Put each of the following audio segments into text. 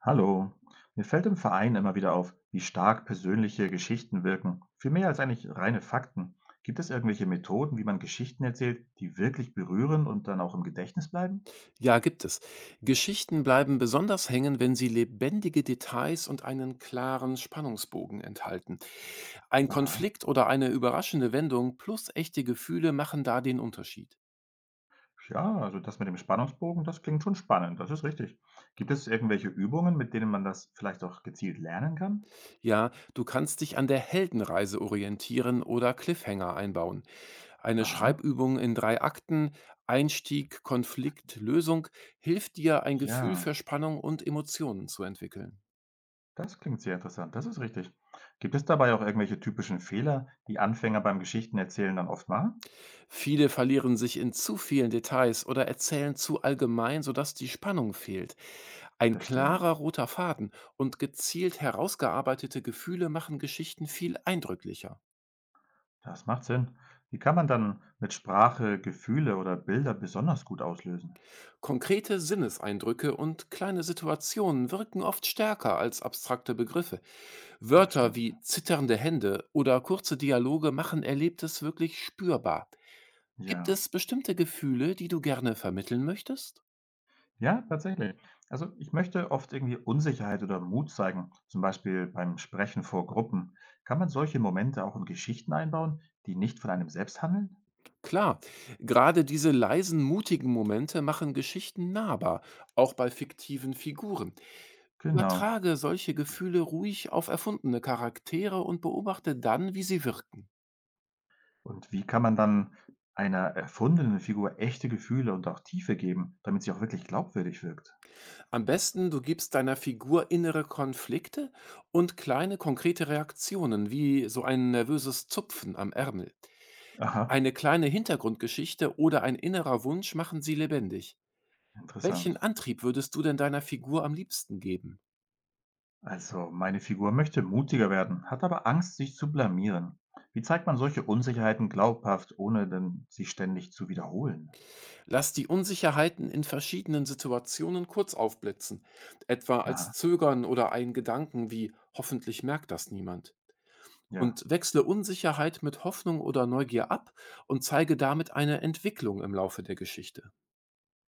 Hallo, mir fällt im Verein immer wieder auf, wie stark persönliche Geschichten wirken. Viel mehr als eigentlich reine Fakten. Gibt es irgendwelche Methoden, wie man Geschichten erzählt, die wirklich berühren und dann auch im Gedächtnis bleiben? Ja, gibt es. Geschichten bleiben besonders hängen, wenn sie lebendige Details und einen klaren Spannungsbogen enthalten. Ein Aha. Konflikt oder eine überraschende Wendung plus echte Gefühle machen da den Unterschied. Ja, also das mit dem Spannungsbogen, das klingt schon spannend, das ist richtig. Gibt es irgendwelche Übungen, mit denen man das vielleicht auch gezielt lernen kann? Ja, du kannst dich an der Heldenreise orientieren oder Cliffhanger einbauen. Eine Aha. Schreibübung in drei Akten, Einstieg, Konflikt, Lösung hilft dir, ein Ja, Gefühl für Spannung und Emotionen zu entwickeln. das klingt sehr interessant, das ist richtig. Gibt es dabei auch irgendwelche typischen Fehler, die Anfänger beim Geschichtenerzählen dann oft machen? Viele verlieren sich in zu vielen Details oder erzählen zu allgemein, sodass die Spannung fehlt. Ein klarer Verstehe. roter Faden und gezielt herausgearbeitete Gefühle machen Geschichten viel eindrücklicher. Das macht Sinn. Wie kann man dann mit Sprache Gefühle oder Bilder besonders gut auslösen? Konkrete Sinneseindrücke und kleine Situationen wirken oft stärker als abstrakte Begriffe. Das Wörter stimmt. wie zitternde Hände oder kurze Dialoge machen Erlebtes wirklich spürbar. Gibt Ja. es bestimmte Gefühle, die du gerne vermitteln möchtest? Ja, tatsächlich. Also ich möchte oft irgendwie Unsicherheit oder Mut zeigen, zum Beispiel beim Sprechen vor Gruppen. Kann man solche Momente auch in Geschichten einbauen, die nicht von einem selbst handeln? Klar, gerade diese leisen, mutigen Momente machen Geschichten nahbar, auch bei fiktiven Figuren. Genau. Übertrage solche Gefühle ruhig auf erfundene Charaktere und beobachte dann, wie sie wirken. Und wie kann man dann einer erfundenen Figur echte Gefühle und auch Tiefe geben, damit sie auch wirklich glaubwürdig wirkt? Am besten, du gibst deiner Figur innere Konflikte und kleine konkrete Reaktionen, wie so ein nervöses Zupfen am Ärmel. Aha, Eine kleine Hintergrundgeschichte oder ein innerer Wunsch machen sie lebendig. Welchen interessant. Antrieb würdest du denn deiner Figur am liebsten geben? Also, meine Figur möchte mutiger werden, hat aber Angst, sich zu blamieren. Wie zeigt man solche Unsicherheiten glaubhaft, ohne denn sie ständig zu wiederholen? Lass die Unsicherheiten in verschiedenen Situationen kurz aufblitzen, etwa als Aha, Zögern oder einen Gedanken wie hoffentlich merkt das niemand. ja, Und wechsle Unsicherheit mit Hoffnung oder Neugier ab und zeige damit eine Entwicklung im Laufe der Geschichte.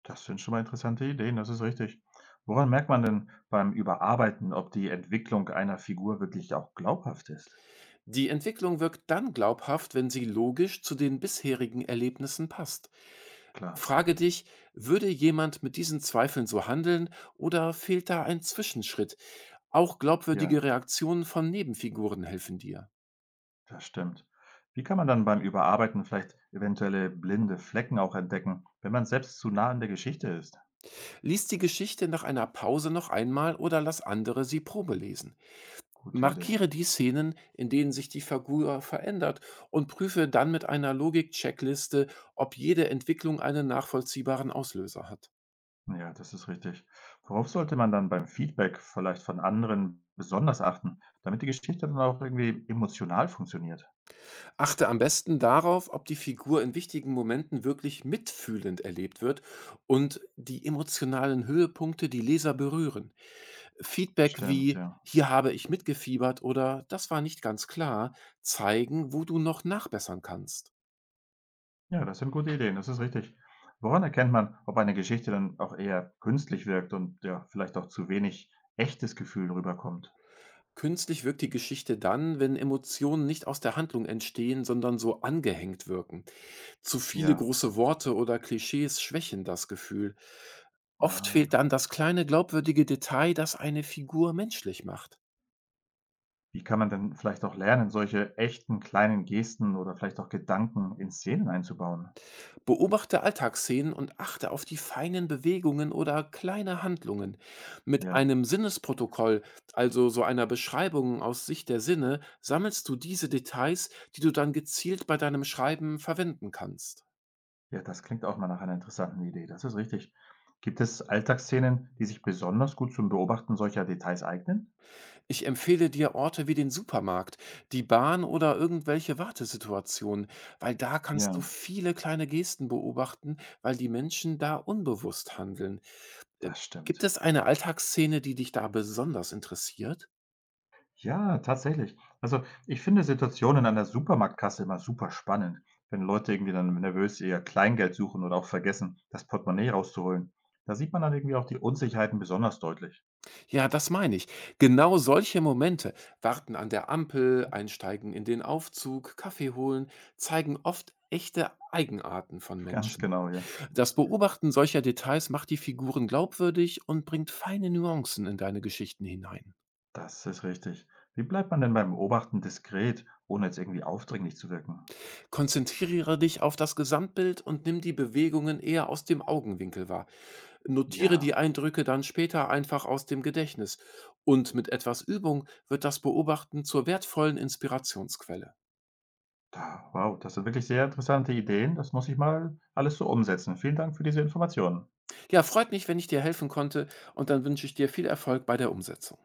das sind schon mal interessante Ideen, das ist richtig. Woran merkt man denn beim Überarbeiten, ob die Entwicklung einer Figur wirklich auch glaubhaft ist? Die Entwicklung wirkt dann glaubhaft, wenn sie logisch zu den bisherigen Erlebnissen passt. Klar, Frage dich, würde jemand mit diesen Zweifeln so handeln oder fehlt da ein Zwischenschritt? Auch glaubwürdige ja, Reaktionen von Nebenfiguren helfen dir. das stimmt. Wie kann man dann beim Überarbeiten vielleicht eventuelle blinde Flecken auch entdecken, wenn man selbst zu nah an der Geschichte ist? Lies die Geschichte nach einer Pause noch einmal oder lass andere sie probelesen. Gute Idee. Markiere die Szenen, in denen sich die Figur verändert und prüfe dann mit einer Logik-Checkliste, ob jede Entwicklung einen nachvollziehbaren Auslöser hat. Ja, das ist richtig. Worauf sollte man dann beim Feedback vielleicht von anderen besonders achten, damit die Geschichte dann auch irgendwie emotional funktioniert? Achte am besten darauf, ob die Figur in wichtigen Momenten wirklich mitfühlend erlebt wird und die emotionalen Höhepunkte die Leser berühren. Feedback Stimmt, wie ja. hier habe ich mitgefiebert oder das war nicht ganz klar zeigen, wo du noch nachbessern kannst. Ja, das sind gute Ideen, das ist richtig. Woran erkennt man, ob eine Geschichte dann auch eher künstlich wirkt und ja, vielleicht auch zu wenig echtes Gefühl rüberkommt? Künstlich wirkt die Geschichte dann, wenn Emotionen nicht aus der Handlung entstehen, sondern so angehängt wirken. Zu viele Ja. große Worte oder Klischees schwächen das Gefühl. Oft fehlt Ah. dann das kleine glaubwürdige Detail, das eine Figur menschlich macht. Wie kann man denn vielleicht auch lernen, solche echten kleinen Gesten oder vielleicht auch Gedanken in Szenen einzubauen? Beobachte Alltagsszenen und achte auf die feinen Bewegungen oder kleine Handlungen. Mit Ja. einem Sinnesprotokoll, also so einer Beschreibung aus Sicht der Sinne, sammelst du diese Details, die du dann gezielt bei deinem Schreiben verwenden kannst. Ja, das klingt auch mal nach einer interessanten Idee. Das ist richtig. Gibt es Alltagsszenen, die sich besonders gut zum Beobachten solcher Details eignen? Ich empfehle dir Orte wie den Supermarkt, die Bahn oder irgendwelche Wartesituationen, weil da kannst du Ja, viele kleine Gesten beobachten, weil die Menschen da unbewusst handeln. Äh, das Gibt stimmt. es eine Alltagsszene, die dich da besonders interessiert? Ja, tatsächlich. Also, ich finde Situationen an der Supermarktkasse immer super spannend, wenn Leute irgendwie dann nervös ihr Kleingeld suchen oder auch vergessen, das Portemonnaie rauszuholen. Da sieht man dann irgendwie auch die Unsicherheiten besonders deutlich. Ja, das meine ich. Genau solche Momente, Warten an der Ampel, Einsteigen in den Aufzug, Kaffee holen, zeigen oft echte Eigenarten von Ganz Menschen. genau, ja. Das Beobachten solcher Details macht die Figuren glaubwürdig und bringt feine Nuancen in deine Geschichten hinein. Das ist richtig. Wie bleibt man denn beim Beobachten diskret, ohne jetzt irgendwie aufdringlich zu wirken? Konzentriere dich auf das Gesamtbild und nimm die Bewegungen eher aus dem Augenwinkel wahr. Notiere die Ja, Eindrücke dann später einfach aus dem Gedächtnis. Und mit etwas Übung wird das Beobachten zur wertvollen Inspirationsquelle. da wow, das sind wirklich sehr interessante Ideen. Das muss ich mal alles so umsetzen. Vielen Dank für diese Informationen. Ja, freut mich, wenn ich dir helfen konnte und dann wünsche ich dir viel Erfolg bei der Umsetzung.